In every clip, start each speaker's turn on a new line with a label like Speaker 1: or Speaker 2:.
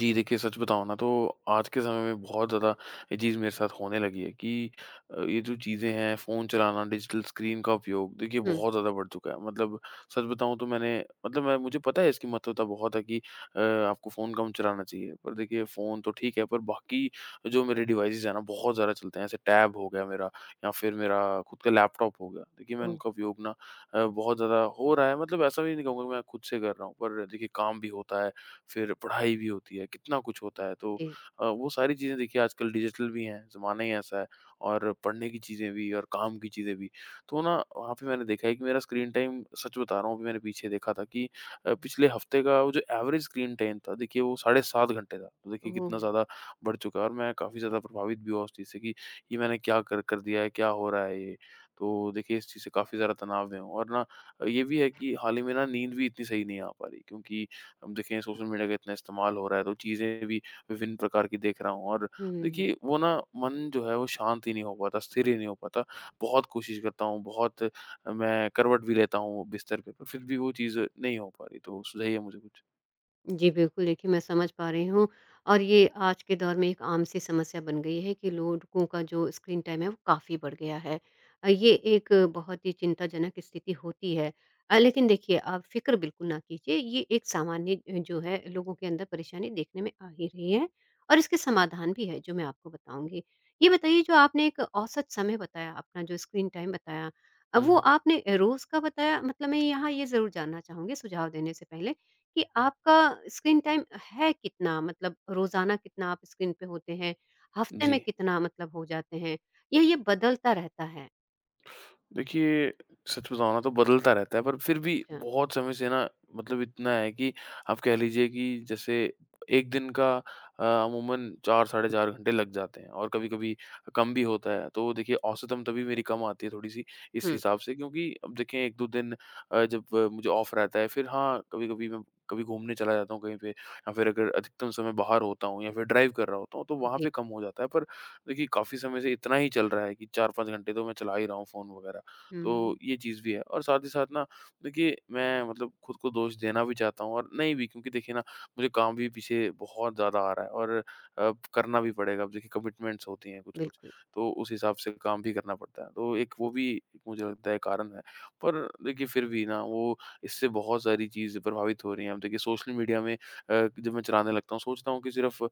Speaker 1: जी देखिए, सच बताऊँ ना तो आज के समय में बहुत ज़्यादा ये चीज़ मेरे साथ होने लगी है कि ये जो चीज़ें हैं फ़ोन चलाना, डिजिटल स्क्रीन का उपयोग देखिए
Speaker 2: हुँ,
Speaker 1: बहुत ज़्यादा बढ़ चुका है। मतलब सच बताऊँ तो मैंने मतलब मैं मुझे पता है इसकी महत्वता बहुत है कि आपको फ़ोन कम चलाना चाहिए। पर देखिए फ़ोन तो ठीक है, पर बाकी जो मेरे डिवाइसेज़ हैं ना बहुत ज़्यादा चलते हैं। जैसे टैब हो गया मेरा या फिर मेरा खुद का लैपटॉप हो गया। देखिए मैं
Speaker 2: ओह!
Speaker 1: उनका उपयोग ना बहुत ज़्यादा हो रहा है। मतलब ऐसा भी नहीं कहूँगा कि मैं खुद से कर रहा हूँ, पर देखिए काम भी होता है, फिर पढ़ाई भी होती है, कितना कुछ होता है। तो
Speaker 2: जी,
Speaker 1: वो सारी चीज़ें देखिए आजकल डिजिटल भी हैं, ज़माना ही ऐसा है और पढ़ने की चीज़ें भी और काम की चीज़ें भी। तो ना वहाँ पे मैंने देखा है कि मेरा स्क्रीन टाइम, सच बता रहा हूँ, अभी मैंने पीछे देखा था कि पिछले हफ्ते का वो जो एवरेज स्क्रीन टाइम था, देखिए वो साढ़े 7 घंटे था। तो देखिए
Speaker 2: ओह!
Speaker 1: कितना ज़्यादा बढ़ चुका है, और मैं काफ़ी ज़्यादा प्रभावित भी हुआ उस चीज़ से कि ये मैंने क्या कर कर दिया है, क्या हो रहा है ये? तो देखिए इस चीज़ से काफ़ी ज़्यादा तनाव में हूँ, और ना ये भी है कि हाल ही में ना नींद भी इतनी सही नहीं आ पा रही, क्योंकि अब देखिए सोशल मीडिया का इतना इस्तेमाल हो रहा है, तो चीज़ें भी विभिन्न प्रकार की देख रहा हूँ, और
Speaker 2: हुँ, हुँ, हुँ।
Speaker 1: देखिए वो ना मन जो है वो शांत ही नहीं हो पाता, स्थिर ही नहीं हो पाता। बहुत कोशिश करता हूँ, बहुत मैं करवट भी लेता हूँ बिस्तर पे, पर फिर भी वो चीज़ नहीं हो पा रही। तो सुझाइए मुझे कुछ।
Speaker 2: जी, बिल्कुल, देखिए, मैं समझ पा रही हूँ और ये आज के दौर में एक आम-सी समस्या बन गई है कि लोगों का जो स्क्रीन टाइम है, वो काफ़ी बढ़ गया है। ये एक बहुत ही चिंताजनक स्थिति होती है। लेकिन देखिए, आप फ़िक्र बिल्कुल ना कीजिए, ये एक सामान्य, जो है, लोगों के अंदर परेशानी देखने में आ ही रही है और इसके समाधान भी है, जो मैं आपको बताऊँगी। ये बताइए, जो आपने एक औसत समय बताया, अपना जो स्क्रीन टाइम बताया,
Speaker 1: हुँ,
Speaker 2: वो
Speaker 1: हुँ।
Speaker 2: आपने रोज़ का बताया? मतलब मैं यहाँ ये ज़रूर जानना चाहूँगी सुझाव देने से पहले। कि आपका स्क्रीन टाइम है कितना? मतलब रोज़ाना कितना आप स्क्रीन पे होते हैं? हफ्ते
Speaker 1: जी।
Speaker 2: में कितना मतलब हो जाते हैं? या ये बदलता रहता है?
Speaker 1: देखिए, सच बताऊँ ना तो बदलता रहता है, पर फिर भी
Speaker 2: अच्छा।
Speaker 1: बहुत समय से ना मतलब इतना है कि आप कह लीजिए कि जैसे 1 दिन का अमूमन 4 साढ़े 4 घंटे लग जाते हैं, और कभी-कभी कम भी होता है। तो देखिए औसतन तभी मेरी कम आती है थोड़ी-सी इस
Speaker 2: हुँ।
Speaker 1: हिसाब से, क्योंकि अब देखें 1-2 दिन जब मुझे ऑफ रहता है, फिर हाँ, कभी-कभी मैं कभी घूमने चला जाता हूँ कहीं पे, या फिर अगर अधिकतम समय बाहर होता हूँ या फिर ड्राइव कर रहा होता हूँ तो वहाँ
Speaker 2: जी।
Speaker 1: पे कम हो जाता है। पर देखिए काफ़ी समय से इतना ही चल रहा है कि 4-5 घंटे तो मैं चला ही रहा हूँ फ़ोन वगैरह। तो
Speaker 2: हुँ।
Speaker 1: ये चीज़ भी है, और साथ ही साथ ना देखिए मैं मतलब खुद को दोष देना भी चाहता हूँ और नहीं भी, क्योंकि देखिए ना मुझे काम भी पीछे बहुत ज़्यादा आ रहा है, और अब करना भी पड़ेगा, अब देखिए कमिटमेंट्स होती हैं कुछ कुछ,
Speaker 2: बिल्कुल।
Speaker 1: तो उस हिसाब से काम भी करना पड़ता है। तो एक वो भी मुझे लगता है कारण है, पर देखिए फिर भी ना वो इससे बहुत सारी चीज़ें प्रभावित हो रही हैं। अब देखिए सोशल मीडिया में जब मैं चलाने लगता हूँ, सोचता हूँ कि सिर्फ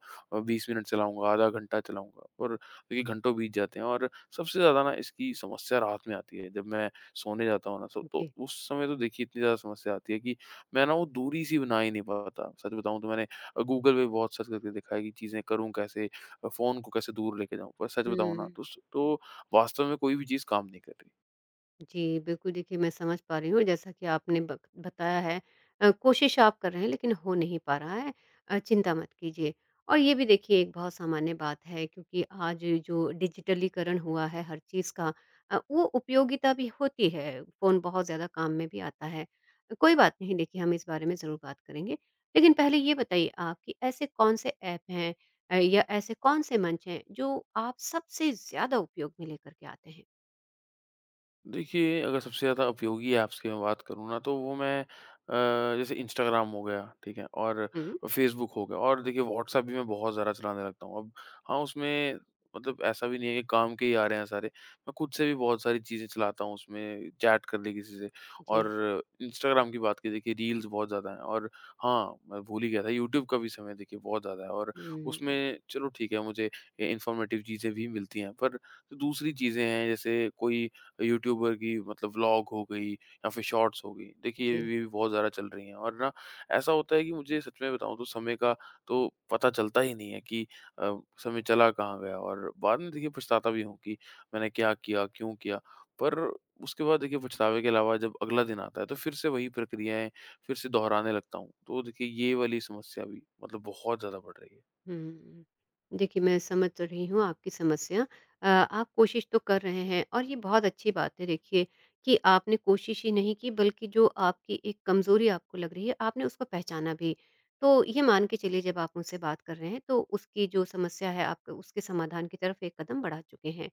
Speaker 1: 20 मिनट चलाऊंगा, आधा घंटा चलाऊंगा, पर देखिए घंटों बीत जाते हैं। और सबसे ज़्यादा ना इसकी समस्या रात में आती है। जब मैं सोने जाता हूँ ना तो
Speaker 2: जी।
Speaker 1: उस समय तो देखिए इतनी ज़्यादा समस्या आती है कि मैं ना वो दूरी सी बना ही नहीं पाता। सच बताऊँ तो मैंने गूगल पे बहुत सर्च करके देखा है कि चीज़ें करूँ कैसे? फ़ोन को कैसे दूर लेके जाऊँ? पर सच बताऊँ ना
Speaker 2: हुँ।
Speaker 1: तो स तो वास्तव में कोई भी चीज़ काम नहीं कर रही।
Speaker 2: जी, बिल्कुल देखिए मैं समझ पा रही हूँ जैसा कि आपने बक बताया है। कोशिश आप कर रहे हैं लेकिन हो नहीं पा रहा है। चिंता मत कीजिए और ये भी देखिए एक बहुत सामान्य बात है क्योंकि आज जो डिजिटलीकरण हुआ है हर चीज़ का, वो उपयोगिता भी होती है, फ़ोन बहुत ज़्यादा काम में भी आता है। कोई बात नहीं देखिए, हम इस बारे में ज़रूर बात करेंगे। लेकिन पहले ये बताइए आप कि ऐसे कौन-से ऐप हैं, या ऐसे कौन-से मंच हैं जो आप सबसे ज़्यादा उपयोग में लेकर के आते हैं?
Speaker 1: देखिए, अगर सबसे ज़्यादा उपयोगी ऐप्स की मैं बात करूँ ना, तो वो मैं जैसे इंस्टाग्राम हो गया, ठीक है? और
Speaker 2: हुँ,
Speaker 1: फेसबुक हो गया, और देखिए व्हाट्सऐप भी मैं बहुत ज़्यादा चलाने लगता हूँ अब। हाँ, उसमें मतलब ऐसा भी नहीं है कि काम के ही आ रहे हैं सारे। मैं खुद से भी बहुत सारी चीज़ें चलाता हूँ उसमें, चैट कर ली किसी से, और
Speaker 2: जी।
Speaker 1: इंस्टाग्राम की बात की, देखिए रील्स बहुत ज़्यादा हैं, और हाँ, मैं भूल ही गया था, यूट्यूब का भी समय देखिए बहुत ज़्यादा है, और
Speaker 2: हुँ,
Speaker 1: उसमें चलो ठीक है, मुझे इन्फॉर्मेटिव चीज़ें भी मिलती हैं, पर जो दूसरी चीज़ें हैं जैसे कोई यूट्यूबर की मतलब व्लॉग हो गई, या फिर शॉर्ट्स हो गई। देखिए ये
Speaker 2: जी।
Speaker 1: भी बहुत ज़्यादा चल रही हैं, और ना ऐसा होता है कि मुझे सच में बताऊँ तो समय का तो पता चलता ही नहीं है कि अ, समय चला कहाँ गया, और बाद में देखिए पछताता भी हूँ कि मैंने क्या किया, क्यों किया? पर उसके बाद देखिए पछतावे के अलावा जब अगला दिन आता है तो फिर से वही प्रक्रियाएँ फिर से दोहराने लगता हूँ। तो देखिए ये वाली समस्या भी मतलब बहुत ज़्यादा बढ़ रही है।
Speaker 2: हुँ। देखिए, मैं
Speaker 1: जी।
Speaker 2: समझ तो रही हूँ आपकी समस्या। आप कोशिश तो कर रहे हैं और ये बहुत अच्छी बात है देखिए कि आपने कोशिश ही नहीं की, बल्कि जो आपकी एक कमज़ोरी आपको लग रही है, आपने उसको पहचाना भी। तो ये मान के चलिए जब आप मुझसे बात कर रहे हैं तो उसकी जो समस्या है, आप उसके समाधान की तरफ एक कदम बढ़ा चुके हैं।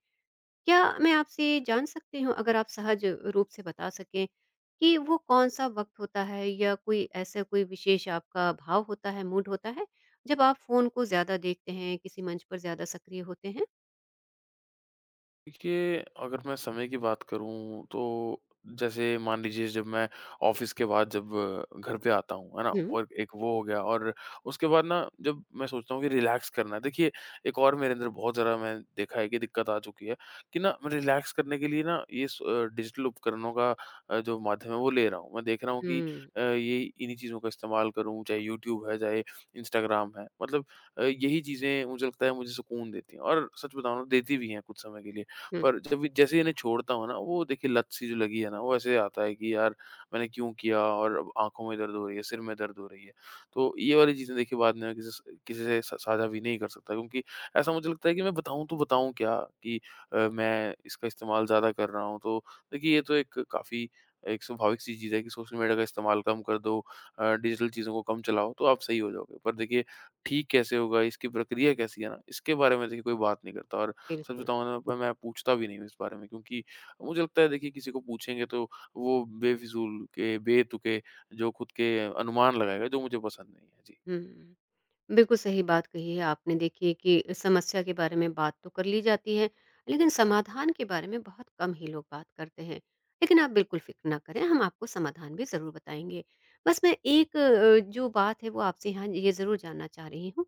Speaker 2: क्या मैं आपसे जान सकती हूँ अगर आप सहज रूप से बता सकें कि वो कौन-सा वक़्त होता है या कोई ऐसा कोई विशेष आपका भाव होता है, मूड होता है, जब आप फ़ोन को ज़्यादा देखते हैं, किसी मंच पर ज़्यादा सक्रिय होते हैं?
Speaker 1: देखिए, अगर मैं समय की बात करूँ तो जैसे मान लीजिए जब मैं ऑफ़िस के बाद, जब घर पे आता हूँ, है ना?
Speaker 2: हुँ।
Speaker 1: और एक वो हो गया, और उसके बाद ना जब मैं सोचता हूँ कि रिलैक्स करना है, देखिए एक और मेरे अंदर बहुत ज़्यादा मैं देखा है कि दिक्कत आ चुकी है कि ना मैं रिलैक्स करने के लिए ना ये डिजिटल उपकरणों का जो माध्यम है वो ले रहा हूँ। मैं देख रहा हूँ कि
Speaker 2: हुँ,
Speaker 1: ये इन्हीं चीज़ों का इस्तेमाल करूँ, चाहे यूट्यूब है, चाहे इंस्टाग्राम है। मतलब यही चीज़ें मुझे लगता है मुझे सुकून देती हैं, और सच बताऊँ ना देती भी हैं कुछ समय के लिए।
Speaker 2: हुँ,
Speaker 1: पर जब भी, जैसे ही इन्हें छोड़ता हूँ ना, वो देखिए लत सी जो लगी है ना, वो ऐसे आता है कि यार, मैंने क्यों किया, और अब आँखों में दर्द हो रही है, सिर में दर्द हो रही है। तो ये वाली चीज़ें देखिए बाद में मैं किसी से स साझा भी नहीं कर सकता, क्योंकि ऐसा मुझे लगता है कि मैं बताऊँ तो बताऊँ क्या, कि मैं इसका इस्तेमाल ज़्यादा कर रहा हूँ। तो देखिए ये तो एक काफ़ी एक स्वाभाविक सी चीज़ है कि सोशल मीडिया का इस्तेमाल कम कर दो, डिजिटल चीज़ों को कम चलाओ तो आप सही हो जाओगे। पर देखिए ठीक कैसे होगा, इसकी प्रक्रिया कैसी है ना, इसके बारे में देखिए कोई बात नहीं करता, और सच
Speaker 2: बिल्कुल।
Speaker 1: बताऊँ ना प मैं पूछता भी नहीं हूँ इस बारे में, क्योंकि मुझे लगता है देखिए किसी को पूछेंगे तो वो बेफिज़ूल के बेतुके जो खुद के अनुमान लगाएगा जो मुझे पसंद नहीं है। जी।
Speaker 2: हुँ। बिल्कुल सही बात कही है आपने देखिए कि समस्या के बारे में बात तो कर ली जाती है, लेकिन समाधान के बारे में बहुत कम ही लोग बात करते हैं। लेकिन आप बिल्कुल फ़िक्र ना करें, हम आपको समाधान भी ज़रूर बताएँगे। बस मैं एक, जो बात है वो आपसे यहाँ ये ज़रूर जानना चाह रही हूँ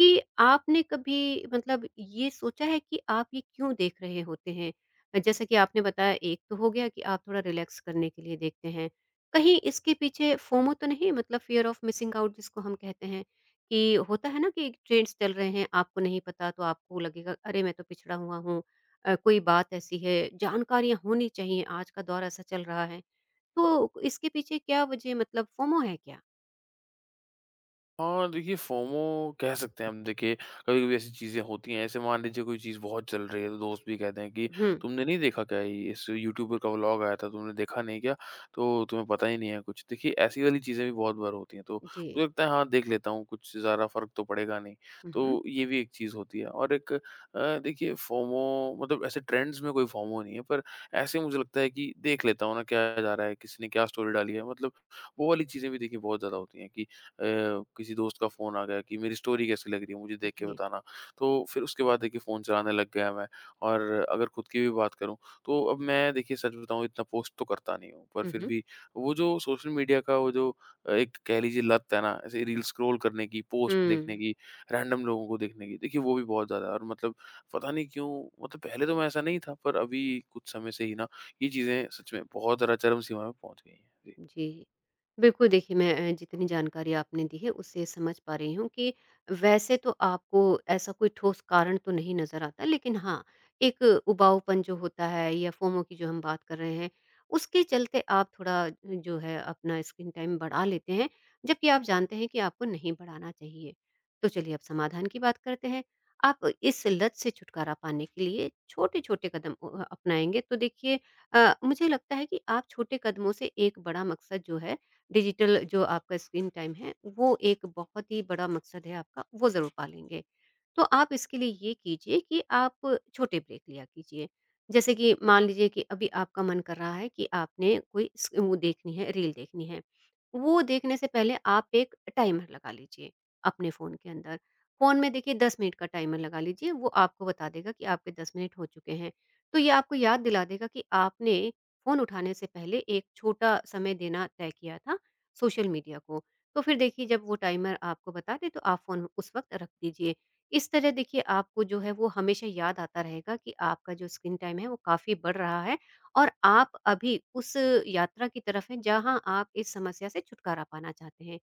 Speaker 2: कि आपने कभी मतलब ये सोचा है कि आप ये क्यों देख रहे होते हैं? जैसे कि आपने बताया, एक तो हो गया कि आप थोड़ा रिलैक्स करने के लिए देखते हैं। कहीं इसके पीछे फोमो तो नहीं, मतलब फ़ियर ऑफ मिसिंग आउट जिसको हम कहते हैं? कि होता है ना कि ट्रेंड्स चल रहे हैं, आपको नहीं पता तो आपको लगेगा अरे! मैं तो पिछड़ा हुआ हूँ। कोई बात ऐसी है, जानकारियाँ होनी चाहिए, आज का दौर ऐसा चल रहा है। तो इसके पीछे क्या वजह, मतलब फोमो है क्या?
Speaker 1: हाँ, देखिए फोमो कह सकते हैं हम, देखिए, कभी-कभी ऐसी चीज़ें होती हैं, ऐसे मान लीजिए कोई चीज़ बहुत चल रही है, तो दोस्त भी कहते हैं कि
Speaker 2: हुँ,
Speaker 1: तुमने नहीं देखा क्या ये, इस यूट्यूबर का व्लॉग आया था, तुमने देखा नहीं क्या? तो तुम्हें पता ही नहीं है कुछ। देखिए ऐसी वाली चीज़ें भी बहुत बार होती हैं, तो
Speaker 2: जी।
Speaker 1: मुझे लगता है हाँ, देख लेता हूँ, कुछ ज़्यादा फ़र्क तो पड़ेगा नहीं।
Speaker 2: हुँ, हुँ।
Speaker 1: तो ये भी एक चीज़ होती है। और एक देखिए फोमो मतलब ऐसे ट्रेंड्स में कोई फोमो नहीं है, पर ऐसे मुझे लगता है कि देख लेता हूँ ना क्या जा रहा है, किसी ने क्या स्टोरी डाली है, मतलब वो वाली चीज़ें भी देखिए बहुत ज़्यादा होती हैं कि अ, किसी दोस्त का फ़ोन आ गया कि मेरी स्टोरी कैसी लग रही है, मुझे देख के
Speaker 2: जी।
Speaker 1: बताना। तो फिर उसके बाद देखिए फ़ोन चलाने लग गया मैं। और अगर खुद की भी बात करूँ, तो अब मैं देखिए सच बताऊँ इतना पोस्ट तो करता नहीं हूँ, पर
Speaker 2: हुँ,
Speaker 1: फिर
Speaker 2: हुँ।
Speaker 1: भी वो जो सोशल मीडिया का, वो जो एक कह लीजिए लत है ना, ऐसे रील स्क्रॉल करने की, पोस्ट देखने
Speaker 2: हुँ।
Speaker 1: की, रैंडम लोगों को देखने की, देखिए वो भी बहुत ज़्यादा है, और मतलब पता नहीं क्यों, मतलब पहले तो मैं ऐसा नहीं था, पर अभी कुछ समय से ही ना ये चीज़ें सच में बहुत ज़्यादा चरम सीमा में पहुँच गई हैं। जी।
Speaker 2: जी। बिल्कुल देखिए, मैं, जितनी जानकारी आपने दी है उससे समझ पा रही हूँ कि वैसे तो आपको ऐसा कोई ठोस कारण तो नहीं नज़र आता, लेकिन हाँ, एक उबाऊपन जो होता है या फोमो की जो हम बात कर रहे हैं, उसके चलते आप थोड़ा, जो है अपना स्क्रीन टाइम बढ़ा लेते हैं, जबकि आप जानते हैं कि आपको नहीं बढ़ाना चाहिए। तो चलिए अब समाधान की बात करते हैं। आप इस लत से छुटकारा पाने के लिए छोटे-छोटे कदम अपनाएँगे तो देखिए, मुझे लगता है कि आप छोटे कदमों से एक बड़ा मकसद जो है, डिजिटल जो आपका स्क्रीन टाइम है, वो एक बहुत ही बड़ा मकसद है आपका, वो ज़रूर पा लेंगे। तो आप इसके लिए ये कीजिए कि आप छोटे ब्रेक लिया कीजिए। जैसे कि मान लीजिए कि अभी आपका मन कर रहा है कि आपने कोई स वो देखनी है, रील देखनी है। वो देखने से पहले आप एक टाइमर लगा लीजिए अपने फ़ोन के अंदर। फ़ोन में देखिए 10 मिनट का टाइमर लगा लीजिए, वो आपको बता देगा कि आपके 10 मिनट हो चुके हैं। तो ये आपको याद दिला देगा कि आपने फ़ोन उठाने से पहले एक छोटा समय देना तय किया था सोशल मीडिया को। तो फिर देखिए जब वो टाइमर आपको बता दे तो आप फ़ोन उस वक़्त रख दीजिए। इस तरह देखिए आपको जो है वो हमेशा याद आता रहेगा कि आपका जो स्क्रीन टाइम है वो काफ़ी बढ़ रहा है और आप अभी उस यात्रा की तरफ हैं जहाँ आप इस समस्या से छुटकारा पाना चाहते हैं।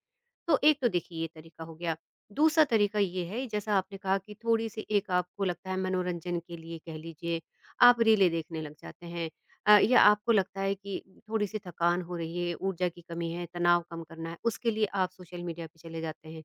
Speaker 2: तो एक तो देखिए ये तरीका हो गया। दूसरा तरीका ये है, जैसा आपने कहा कि थोड़ी-सी एक आपको लगता है मनोरंजन के लिए कह लीजिए आप रीलें देखने लग जाते हैं, या आपको लगता है कि थोड़ी-सी थकान हो रही है, ऊर्जा की कमी है, तनाव कम करना है, उसके लिए आप सोशल मीडिया पे चले जाते हैं।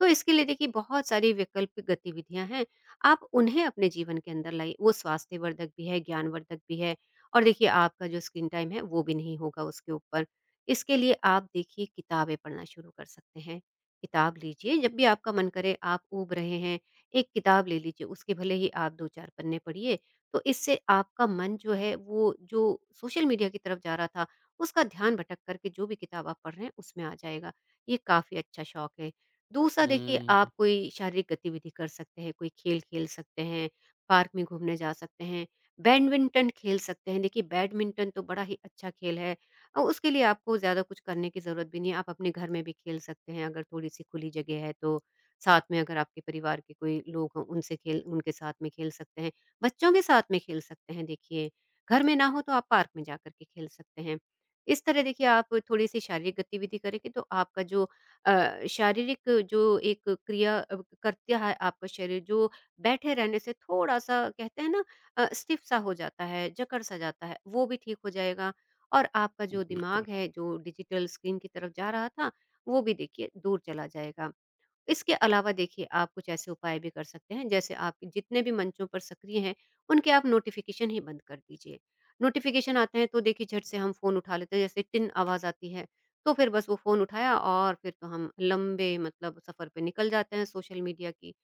Speaker 2: तो इसके लिए देखिए बहुत सारी वैकल्पिक गतिविधियाँ हैं, आप उन्हें अपने जीवन के अंदर लाइए, वो स्वास्थ्यवर्धक भी है, ज्ञानवर्धक भी है और देखिए आपका जो स्क्रीन टाइम है वो भी नहीं होगा उसके ऊपर। इसके लिए आप देखिए किताबें पढ़ना शुरू कर सकते हैं। किताब लीजिए, जब भी आपका मन करे आप ऊब रहे हैं, एक किताब ले लीजिए, उसके भले ही आप 2-4 पन्ने पढ़िए, तो इससे आपका मन जो है, वो जो सोशल मीडिया की तरफ जा रहा था उसका ध्यान भटक करके जो भी किताब आप पढ़ रहे हैं उसमें आ जाएगा। ये काफ़ी अच्छा शौक है। दूसरा देखिए
Speaker 1: हुँ,
Speaker 2: आप कोई शारीरिक गतिविधि कर सकते हैं, कोई खेल खेल सकते हैं, पार्क में घूमने जा सकते हैं, बैडमिंटन खेल सकते हैं। देखिए बैडमिंटन तो बड़ा ही अच्छा खेल है, उसके लिए आपको ज़्यादा कुछ करने की ज़रूरत भी नहीं है। आप अपने घर में भी खेल सकते हैं अगर थोड़ी-सी खुली जगह है तो। साथ में अगर आपके परिवार के कोई लोग हों, उनसे खेल उनके साथ में खेल सकते हैं। बच्चों के साथ में खेल सकते हैं देखिए। घर में ना हो तो आप पार्क में जाकर के खेल सकते हैं। इस तरह देखिए आप थोड़ी-सी शारीरिक गतिविधि करेंगे तो आपका जो, शारीरिक जो एक क्रिया, करता है आपका शरीर जो बैठे रहने से थोड़ा-सा कहते हैं ना, स्टिफ़ सा हो जाता है, जकड़-सा जाता है, वो भी ठीक हो जाएगा। और आपका जो
Speaker 1: बिल्कुल,
Speaker 2: दिमाग है जो डिजिटल स्क्रीन की तरफ जा रहा था, वो भी देखिए दूर चला जाएगा। इसके अलावा देखिए आप कुछ ऐसे उपाय भी कर सकते हैं जैसे आप जितने भी मंचों पर सक्रिय हैं उनके आप नोटिफिकेशन ही बंद कर दीजिए। नोटिफिकेशन आते हैं तो देखिए झट से हम फोन उठा लेते हैं, जैसे टिन आवाज आती है तो फिर बस वो फोन उठाया और फिर तो हम लंबे मतलब सफर पे निकल जाते हैं सोशल मीडिया की।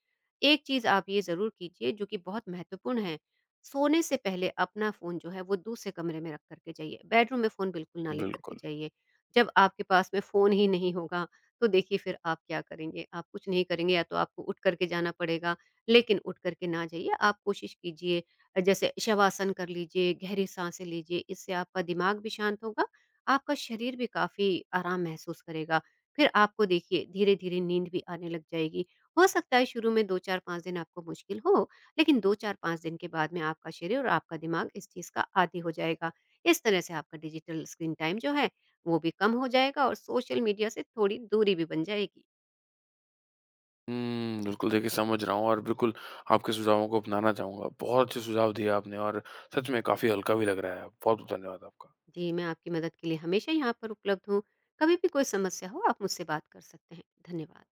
Speaker 2: एक चीज आप ये जरूर कीजिए जो कि बहुत महत्वपूर्ण है। सोने से पहले अपना फोन जो है वो दूसरे कमरे में रख करके जाइए, बेडरूम में फोन बिल्कुल ना लेकर के
Speaker 1: बिल्कुल।
Speaker 2: जाइए। जब आपके पास में फोन ही नहीं होगा तो देखिए फिर आप क्या करेंगे? आप कुछ नहीं करेंगे या तो आपको उठ कर के जाना पड़ेगा, लेकिन उठ कर के ना जाइए, आप कोशिश कीजिए, जैसे शवासन कर लीजिए, गहरी साँसें लीजिए, इससे आपका दिमाग भी शांत होगा, आपका शरीर भी काफ़ी आराम महसूस करेगा। फिर आपको देखिए धीरे-धीरे नींद भी आने लग जाएगी। हो सकता है शुरू में 2-4-5 दिन आपको मुश्किल हो, लेकिन 2-4-5 दिन के बाद में आपका शरीर और आपका दिमाग इस चीज़ का आदी हो जाएगा। इस तरह से आपका डिजिटल स्क्रीन टाइम जो है वो भी कम हो जाएगा और सोशल मीडिया से थोड़ी दूरी भी बन जाएगी।
Speaker 1: हुँ, बिल्कुल देखिए समझ रहा हूँ, और बिल्कुल आपके सुझावों को अपनाना चाहूँगा। बहुत अच्छे सुझाव दिए आपने, और सच में काफ़ी हल्का भी लग रहा है अब। बहुत-बहुत धन्यवाद आपका।
Speaker 2: जी, मैं आपकी मदद के लिए हमेशा यहाँ पर उपलब्ध हूँ। कभी भी कोई समस्या हो आप मुझसे बात कर सकते हैं। धन्यवाद।